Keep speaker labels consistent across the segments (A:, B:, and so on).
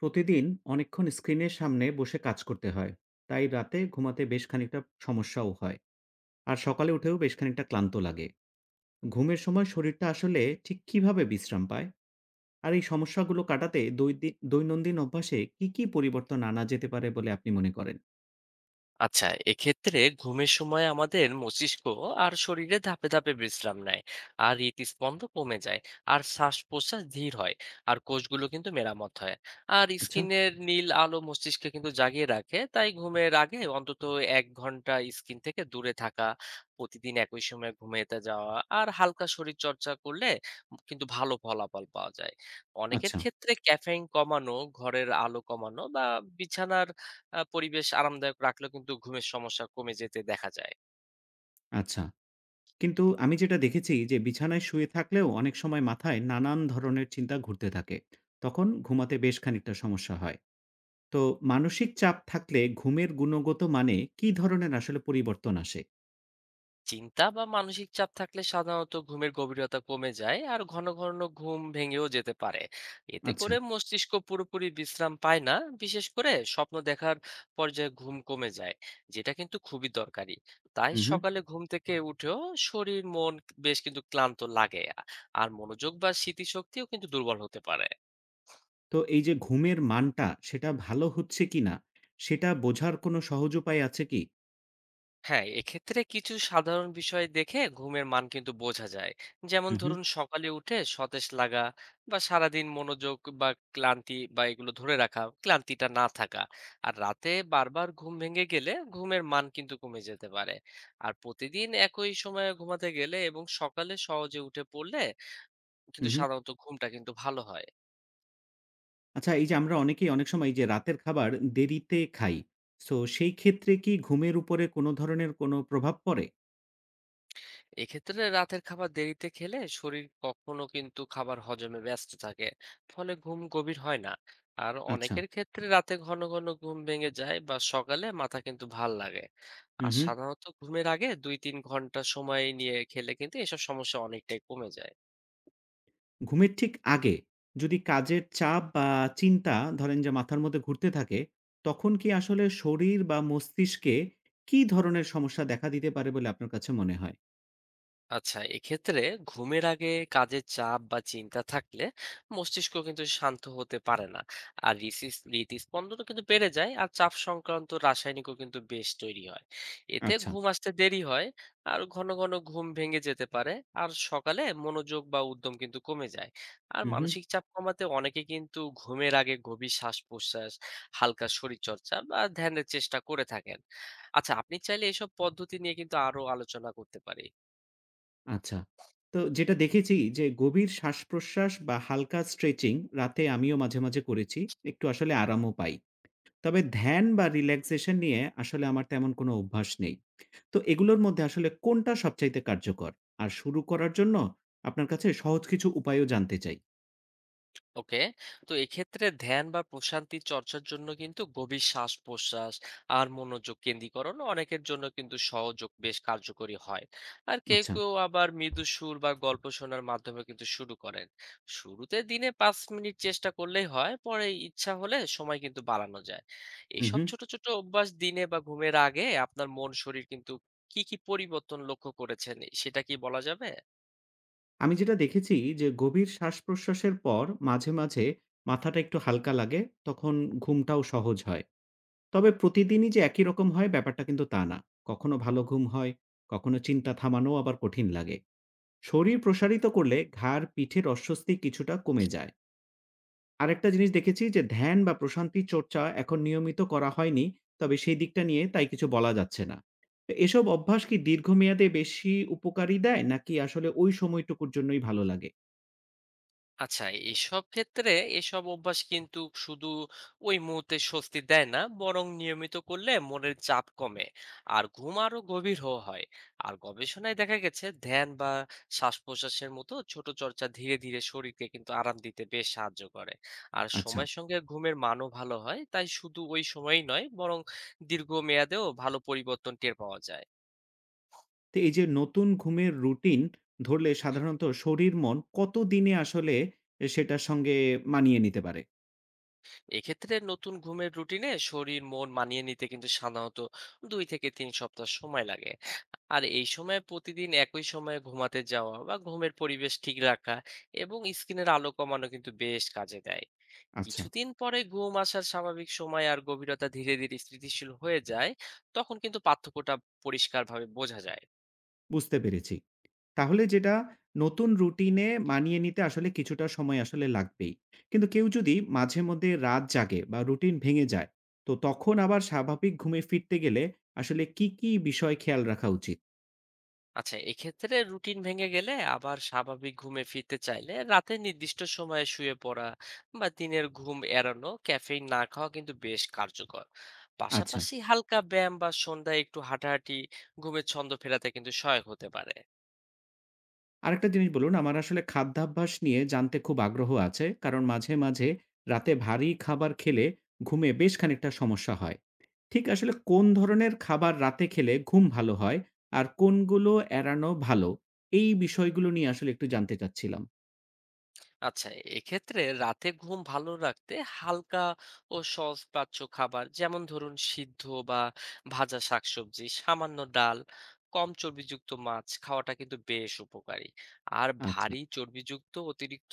A: প্রতিদিন অনেকক্ষণ স্ক্রিনের সামনে বসে কাজ করতে হয়, তাই রাতে ঘুমাতে বেশ খানিকটা সমস্যাও হয়। আর সকালে উঠেও বেশ খানিকটা ক্লান্ত লাগে। ঘুমের সময় শরীরটা আসলে ঠিক কিভাবে বিশ্রাম পায়, আর এই সমস্যাগুলো কাটাতে দৈনন্দিন অভ্যাসে কি কি পরিবর্তন আনা যেতে পারে বলে আপনি মনে করেন?
B: আচ্ছা, এক্ষেত্রে ঘুমের সময় আমাদের মস্তিষ্ক আর শরীরে ধাপে ধাপে বিশ্রাম নেয়। আর হৃদস্পন্দ কমে যায়। আর শ্বাস প্রশ্বাস ধীর হয়। আর কোষগুলো কিন্তু মেরামত হয়। আর
A: আচ্ছা।
B: স্কিনের নীল আলো মস্তিষ্ককে কিন্তু জাগিয়ে রাখে, তাই ঘুমের আগে অন্তত 1 ঘন্টা স্ক্রিন থেকে দূরে থাকা, প্রতিদিন একই সময় ঘুমাতে যাওয়া আর হালকা শরীর চর্চা করলে কিন্তু ভালো ফলাফল পাওয়া যায়। অনেকের
A: আচ্ছা।
B: ক্ষেত্রে ক্যাফেইন কমানো, ঘরের আলো কমানো বা বিছানার পরিবেশ আরামদায়ক রাখলেও কিন্তু ঘুমের সমস্যা কমে যেতে দেখা যায়।
A: আচ্ছা। কিন্তু আমি যেটা দেখেছি, যে বিছানায় শুয়ে থাকলেও অনেক সময় মাথায় নানান ধরনের চিন্তা ঘুরতে থাকে, তখন ঘুমাতে বেশ খানিকটা সমস্যা হয়। তো মানসিক চাপ থাকলে ঘুমের গুণগত মানে কি ধরনের আসলে পরিবর্তন আসে?
B: চিন্তা বা মানসিক চাপ থাকলে সাধারণত ঘুমের গভীরতা কমে যায় আর ঘন ঘন ঘুম ভেঙেও যেতে পারে। এতে
A: আচ্ছা।
B: করে মস্তিষ্ক পুরোপুরি বিশ্রাম পায় না, বিশেষ করে স্বপ্ন দেখার পর্যায়ে ঘুম কমে যায়, যেটা কিন্তু খুবই দরকারি। তাই
A: হুম, হুম।
B: সকালে ঘুম থেকে উঠেও শরীর মন বেশ কিন্তু ক্লান্ত লাগে, আর মনোযোগ বা স্মৃতিশক্তিও কিন্তু দুর্বল হতে পারে।
A: তো এই যে ঘুমের মানটা সেটা ভালো হচ্ছে কিনা, সেটা বোঝার কোনো সহজ উপায় আছে কি?
B: হ্যাঁ, এক্ষেত্রে কিছু সাধারণ বিষয় দেখে ঘুমের মান কিন্তু বোঝা যায়, যেমন
A: হুম, হুম,
B: ধরুন সকালে উঠে সতেজ লাগা বা সারাদিন মনোযোগ বা ক্লান্তি বা এগুলো ধরে রাখা ক্লান্তিটা না থাকা। আর রাতে বারবার ঘুম ভেঙে গেলে ঘুমের মান কিন্তু কমে যেতে পারে। আর প্রতিদিন একই সময়ে ঘুমাতে গেলে এবং সকালে সহজে উঠে পড়লে কিন্তু
A: হুম, হুম।
B: সাধারণত ঘুমটা কিন্তু ভালো হয়।
A: আচ্ছা, এই যে আমরা অনেকেই অনেক সময় এই যে রাতের খাবার দেরিতে খাই। সো সেই ক্ষেত্রে কি ঘুমের উপরে কোনো ধরনের কোনো প্রভাব পড়ে?
B: এক্ষেত্রে রাতের খাবার দেরিতে খেলে শরীর কখনো কিন্তু খাবার হজমে ব্যস্ত থাকে, ফলে ঘুম গভীর হয় না। আর
A: আচ্ছা।
B: অনেকের ক্ষেত্রে রাতে ঘন ঘন ঘুম ভেঙে যায় বা সকালে মাথা কিন্তু ভাল লাগে।
A: হুম,
B: আর
A: হুম।
B: সাধারণত ঘুমের আগে 2-3 ঘন্টা সময় নিয়ে খেলে কিন্তু এসব সমস্যা অনেকটাই কমে যায়।
A: ঘুমের ঠিক আগে যদি কাজের চাপ বা চিন্তা ধরেন যে মাথার মধ্যে ঘুরতে থাকে, তখন কি আসলে শরীর বা মস্তিষ্কে কি ধরনের সমস্যা দেখা দিতে পারে বলে আপনার কাছে মনে হয়?
B: আচ্ছা, এক্ষেত্রে ঘুমের আগে কাজের চাপ বা চিন্তা থাকলে মস্তিষ্ক কিন্তু শান্ত হতে পারে না। আর হৃৎস্পন্দনও কিন্তু বেড়ে যায় আর চাপ সংক্রান্ত রাসায়নিকও কিন্তু বেশ তৈরি হয়। এতে
A: আচ্ছা।
B: ঘুম আসতে দেরি হয় আর ঘন ঘন ঘুম ভেঙে যেতে পারে। আর সকালে মনোযোগ বা উদ্যম কিন্তু কমে যায়। আর
A: হু, হু।
B: মানসিক চাপ কমাতে অনেকে কিন্তু ঘুমের আগে গভীর শ্বাস প্রশ্বাস, হালকা শরীরচর্চা বা ধ্যানের চেষ্টা করে থাকেন। আচ্ছা, আপনি চাইলে এসব পদ্ধতি নিয়ে কিন্তু আরো আলোচনা করতে পারি।
A: আচ্ছা। তো যেটা দেখেছি যে গভীর শ্বাসপ্রশ্বাস বা হালকা স্ট্রেচিং রাতে আমিও মাঝে, মাঝে করেছি। একটু আসলে আরামও পাই। তবে ধ্যান বা রিল্যাক্সেশন নিয়ে আসলে আমার তেমন কোনো অভ্যাস নেই। তো এগুলোর মধ্যে আসলে কোনটা সবচাইতে কার্যকর? আর শুরু করার জন্য আপনার কাছে সহজ কিছু উপায়ও জানতে চাই।
B: ওকে, তো এক্ষেত্রে ধ্যান বা প্রশান্তির চর্চার জন্য কিন্তু গভীর শ্বাস প্রশ্বাস আর মনোযোগ কেন্দ্রীকরণ অনেকের জন্য কিন্তু সহযোগ বেশ কার্যকরী হয়। আর কেউ
A: আচ্ছা।
B: কেউ আবার মৃদু সুর বা গল্প শোনার মাধ্যমে কিন্তু শুরু করেন। শুরুতে দিনে 5 মিনিট চেষ্টা করলেই হয়, পরে ইচ্ছা হলে সময় কিন্তু বাড়ানো যায়।
A: হুম,
B: এইসব
A: হুম।
B: ছোট ছোট অভ্যাস দিনে বা ঘুমের আগে আপনার মন শরীর কিন্তু কি কি পরিবর্তন লক্ষ্য করেছেন, সেটা কি বলা যাবে?
A: আমি যেটা দেখেছি যে গভীর শ্বাসপ্রশ্বাসের পর মাঝে, মাঝে মাথাটা একটু হালকা লাগে, তখন ঘুমটাও সহজ হয়। তবে প্রতিদিনই যে একই রকম হয় ব্যাপারটা কিন্তু তা না। কখনো ভালো ঘুম হয়, কখনো চিন্তা থামানোও আবার কঠিন লাগে। শরীর প্রসারিত করলে ঘাড়, পিঠের অস্বস্তি কিছুটা কমে যায়। আরেকটা জিনিস দেখেছি যে ধ্যান বা প্রশান্তি চর্চা এখন নিয়মিত করা হয়নি, তবে সেই দিকটা নিয়ে তাই কিছু বলা যাচ্ছে না। তো এসব অভ্যাস কি দীর্ঘমেয়াদে বেশি উপকারী দেয়, নাকি আসলে ওই সময়টুকুর জন্যই ভালো লাগে?
B: আচ্ছা, এসব ক্ষেত্রে এসব অভ্যাস কিন্তু শুধু ওই মুহূর্তে স্বস্তি দেয় না, বরং নিয়মিত করলে মনের চাপ কমে আর ঘুম আরো গভীর হওয়া হয়। আর গবেষণায় দেখা গেছে ধ্যান বা শ্বাস প্রশ্বাসের মতো ছোট চর্চা ধীরে ধীরে শরীরকে কিন্তু আরাম দিতে বেশ সাহায্য করে। আর
A: আচ্ছা।
B: সময়ের সঙ্গে ঘুমের মানও ভালো হয়, তাই শুধু ওই সময়ই নয়, বরং দীর্ঘমেয়াদেও ভালো পরিবর্তন টের পাওয়া যায়।
A: তো এই যে নতুন ঘুমের রুটিন ধরলে সাধারণত শরীর মন কতদিনে আসলে সেটার সঙ্গে মানিয়ে নিতে পারে?
B: এক্ষেত্রে নতুন ঘুমের রুটিনে শরীর মন মানিয়ে নিতে কিন্তু সাধারণত 2 থেকে 3 সপ্তাহ সময় লাগে। আর এই সময় প্রতিদিন একই সময়ে ঘুমাতে যাওয়া বা ঘুমের পরিবেশ ঠিক রাখা এবং স্ক্রিনের আলো কমানো কিন্তু বেশ কাজে দেয়।
A: আচ্ছা,
B: কিছুদিন পরে ঘুম আসার স্বাভাবিক সময় আর গভীরতা ধীরে ধীরে স্থিতিশীল হয়ে যায়। তখন কিন্তু পার্থক্যটা পরিষ্কারভাবে বোঝা যায়।
A: বুঝতে পেরেছি। তাহলে যেটা নতুন রুটিনে মানিয়ে নিতে আসলে কিছুটা সময় আসলে লাগবেই। কিন্তু কেউ যদি মাঝে মধ্যে রাত জাগে বা রুটিন ভেঙে যায়, তো তখন আবার স্বাভাবিক ঘুমে ফিরতে গেলে আসলে কি, কি বিষয় খেয়াল রাখা উচিত?
B: আচ্ছা, এক্ষেত্রে রুটিন ভেঙে গেলে আবার স্বাভাবিক ঘুমে ফিরতে চাইলে রাতে নির্দিষ্ট সময়ে শুয়ে পড়া বা দিনের ঘুম এড়ানো, ক্যাফেইন না খাওয়া কিন্তু বেশ কার্যকর।
A: আচ্ছা।
B: পাশাপাশি হালকা ব্যায়াম বা সন্ধ্যায় একটু হাঁটাহাঁটি ঘুমের ছন্দ ফেরাতে কিন্তু সহায়ক হতে পারে।
A: আরেকটা জিনিস বলুন, আমার আসলে খাদ্যাভ্যাস নিয়ে জানতে খুব আগ্রহ আছে। কারণ মাঝে, মাঝে রাতে ভারী খাবার খেলে ঘুমে বেশ খানিকটা সমস্যা হয়। ঠিক আসলে কোন ধরনের খাবার রাতে খেলে ঘুম ভালো হয় আর কোনগুলো এড়ানো ভালো? এই বিষয়গুলো নিয়ে আসলে একটু জানতে চাচ্ছিলাম।
B: আচ্ছা, এক্ষেত্রে রাতে ঘুম ভালো রাখতে হালকা ও সহজপাচ্য খাবার, যেমন ধরুন সিদ্ধ বা ভাজা শাকসবজি, সামান্য ডাল, কম চর্বিযুক্ত মাছ খাওয়াটা কিন্তু বেশ উপকারী। আর
A: আচ্ছা,
B: ভারী চর্বিযুক্ত, অতিরিক্ত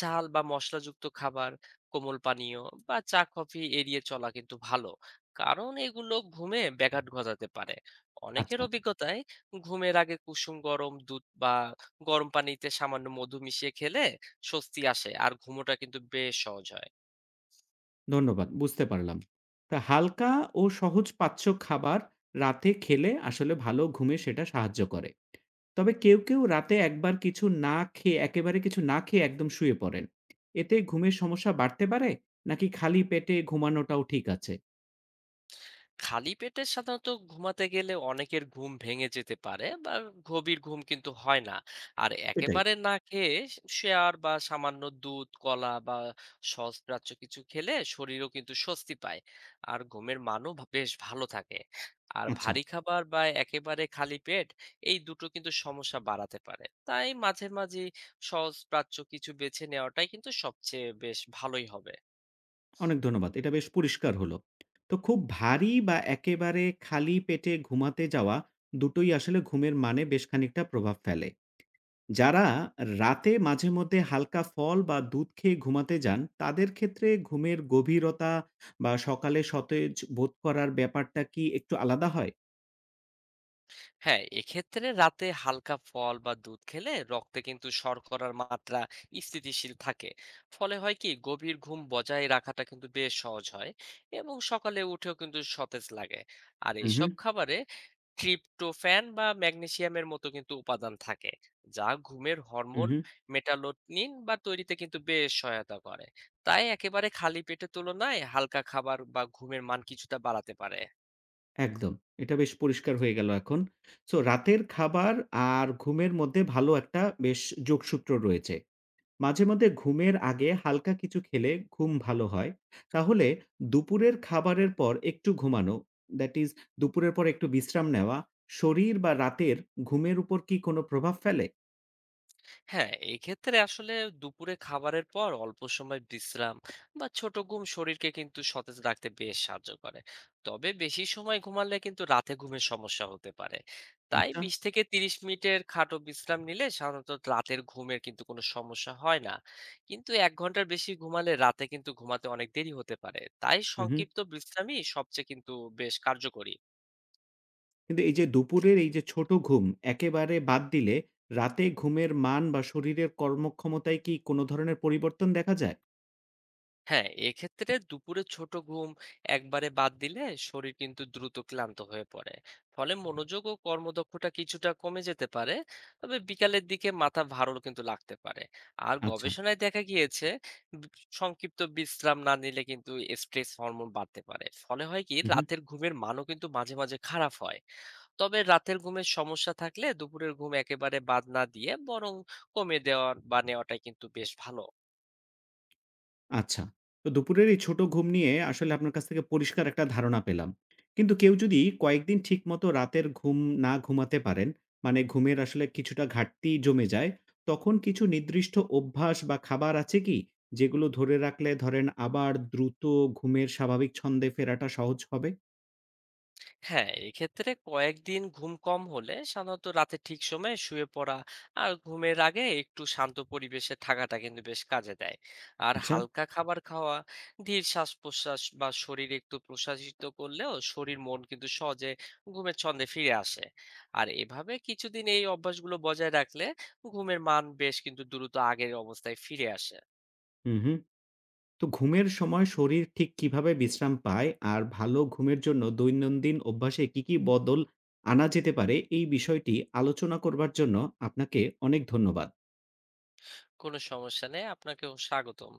B: ঝাল বা মশলাযুক্ত খাবার, কোমল পানীয় বা চা কফি এড়িয়ে চলা কিন্তু ভালো, কারণ এগুলো ঘুমে ব্যাঘাত ঘটাতে পারে। অনেকের
A: আচ্ছা।
B: অভিজ্ঞতায় ঘুমের আগে কুসুম গরম দুধ বা গরম পানিতে সামান্য মধু মিশিয়ে খেলে স্বস্তি আসে আর ঘুমোটা কিন্তু বেশ সহজ হয়।
A: ধন্যবাদ। বুঝতে পারলাম। তা হালকা ও সহজ পাচ্য খাবার রাতে খেলে আসলে ভালো ঘুমে সেটা সাহায্য করে। তবে কেউ, কেউ রাতে একবার কিছু না খেয়ে একেবারে কিছু না খেয়ে একদম শুয়ে পড়েন। এতে ঘুমের সমস্যা বাড়তে পারে? নাকি খালি পেটে ঘুমানোটাও ঠিক আছে?
B: খালি পেটে সাধারণত ঘুমাতে গেলে অনেকের ঘুম ভেঙে যেতে পারে বা গভীর ঘুম কিন্তু হয় না। আর
A: এটাই।
B: একেবারে না খেয়ে শেয়ার বা সামান্য দুধ, কলা বা সহজপাচ্য কিছু খেলে শরীরও কিন্তু স্বস্তি পায়। আর ঘুমের মানও বেশ ভালো থাকে। আর
A: আচ্ছা,
B: ভারী খাবার বা একেবারে খালি পেট, এই দুটো কিন্তু সমস্যা বাড়াতে পারে। তাই মাঝে মাঝি সহজপাচ্য কিছু বেছে নেওয়াটাই কিন্তু সবচেয়ে বেশ ভালোই হবে।
A: অনেক ধন্যবাদ। এটা বেশ পরিষ্কার হলো। তো খুব ভারী বা একেবারে খালি পেটে ঘুমাতে যাওয়া দুটোই আসলে ঘুমের মানে বেশ খানিকটা প্রভাব ফেলে। যারা রাতে মাঝে মধ্যে হালকা ফল বা দুধ খেয়ে ঘুমাতে যান তাদের ক্ষেত্রে ঘুমের গভীরতা বা সকালে সতেজ বোধ করার ব্যাপারটা কি একটু আলাদা হয়?
B: হ্যাঁ, এক্ষেত্রে রাতে হালকা ফল বা দুধ খেলে রক্তে কিন্তু শর্করার মাত্রা স্থিতিশীল থাকে। ফলে হয় কি গভীর ঘুম বজায় রাখাটা কিন্তু বেশ সহজ হয় এবং সকালে উঠেও কিন্তু সতেজ লাগে। আর
A: হুম হুম।
B: এইসব খাবারে ট্রিপ্টোফ্যান বা ম্যাগনেসিয়ামের মতো কিন্তু উপাদান থাকে, যা ঘুমের
A: হুম
B: হরমোন
A: হুম।
B: মেটালোনিন বা তৈরিতে কিন্তু বেশ সহায়তা করে। তাই একেবারে খালি পেটের তুলনায় হালকা খাবার বা ঘুমের মান কিছুটা বাড়াতে পারে।
A: একদম। এটা বেশ পরিষ্কার হয়ে গেল এখন। সো রাতের খাবার আর ঘুমের মধ্যে ভালো একটা বেশ যোগসূত্র রয়েছে। মাঝে মধ্যে ঘুমের আগে হালকা কিছু খেলে ঘুম ভালো হয়। তাহলে দুপুরের খাবারের পর একটু ঘুমানো, দ্যাট ইজ দুপুরের পর একটু বিশ্রাম নেওয়া, শরীর বা রাতের ঘুমের উপর কি কোনো প্রভাব ফেলে?
B: হ্যাঁ, এক্ষেত্রে আসলে দুপুরে খাবারের পর অল্প সময় বিশ্রাম বা ছোট ঘুম শরীরকে কিন্তু সতেজ রাখতে বেশ সাহায্য করে। তবে বেশি সময় ঘুমালে কিন্তু রাতে ঘুমের সমস্যা হতে পারে। তাই
A: আচ্ছা,
B: 20 থেকে 30 মিনিটের খাটো বিশ্রাম নিলে সাধারণত রাতের ঘুমের কিন্তু কোনো সমস্যা হয় না। কিন্তু 1 ঘন্টার বেশি ঘুমালে রাতে কিন্তু ঘুমাতে অনেক দেরি হতে পারে, তাই
A: হুম, হুম।
B: সংক্ষিপ্ত বিশ্রামই সবচেয়ে কিন্তু বেশ কার্যকরী।
A: কিন্তু এই যে দুপুরের এই যে ছোট ঘুম একেবারে বাদ দিলে রাতে ঘুমের মান বা শরীরের কর্মক্ষমতায় কি কোনো ধরনের পরিবর্তন দেখা যায়?
B: হ্যাঁ, এক্ষেত্রে দুপুরে ছোট ঘুম একবারে বাদ দিলে শরীর কিন্তু দ্রুত ক্লান্ত হয়ে পড়ে। ফলে মনোযোগ ও কর্মদক্ষতা কিছুটা কমে যেতে পারে। তবে বিকালের দিকে মাথা ভারও কিন্তু লাগতে পারে। আর
A: আচ্ছা।
B: গবেষণায় দেখা গিয়েছে বি সংক্ষিপ্ত বিশ্রাম না নিলে কিন্তু স্ট্রেস হরমোন বাড়তে পারে। ফলে হয় কি
A: হুম, হুম।
B: রাতের ঘুমের মানও কিন্তু মাঝে, মাঝে খারাপ হয়। তবে রাতের ঘুমের সমস্যা থাকলে দুপুরের ঘুম একেবারে বাদ না দিয়ে বরং কমিয়ে দেওয়া বা নেওয়াটাই কিন্তু বেশ ভালো।
A: আচ্ছা। তো দুপুরের এই ছোট ঘুম নিয়ে আসলে আপনার কাছ থেকে পরিষ্কার একটা ধারণা পেলাম। কিন্তু কেউ যদি কয়েকদিন ঠিকমতো রাতের ঘুম না ঘুমাতে পারেন, মানে ঘুমের আসলে কিছুটা ঘাটতি জমে যায়, তখন কিছু নির্দিষ্ট অভ্যাস বা খাবার আছে কি? যেগুলো ধরে রাখলে ধরেন আবার দ্রুত ঘুমের স্বাভাবিক ছন্দে ফেরাটা সহজ হবে?
B: হ্যাঁ, এক্ষেত্রে কয়েকদিন ঘুম কম হলে সাধারণত রাতে ঠিক সময়ে শুয়ে পড়া আর ঘুমের আগে একটু শান্ত পরিবেশে থাকাটা কিন্তু বেশ কাজে দেয়। আর
A: আচ্ছা।
B: হালকা খাবার খাওয়া, ধীর শ্বাস প্রশ্বাস বা শরীর একটু প্রশাসিত করলেও শরীর মন কিন্তু সহজে ঘুমের ছন্দে ফিরে আসে। আর এভাবে কিছুদিন এই অভ্যাসগুলো বজায় রাখলে ঘুমের মান বেশ কিন্তু দ্রুত আগের অবস্থায় ফিরে আসে।
A: হু, হু। তো ঘুমের সময় শরীর ঠিক কিভাবে বিশ্রাম পায় আর ভালো ঘুমের জন্য দৈনন্দিন অভ্যাসে কি, কি বদল আনা যেতে পারে, এই বিষয়টি আলোচনা করবার জন্য আপনাকে অনেক ধন্যবাদ।
B: কোনো সমস্যা নেই, আপনাকেও স্বাগতম।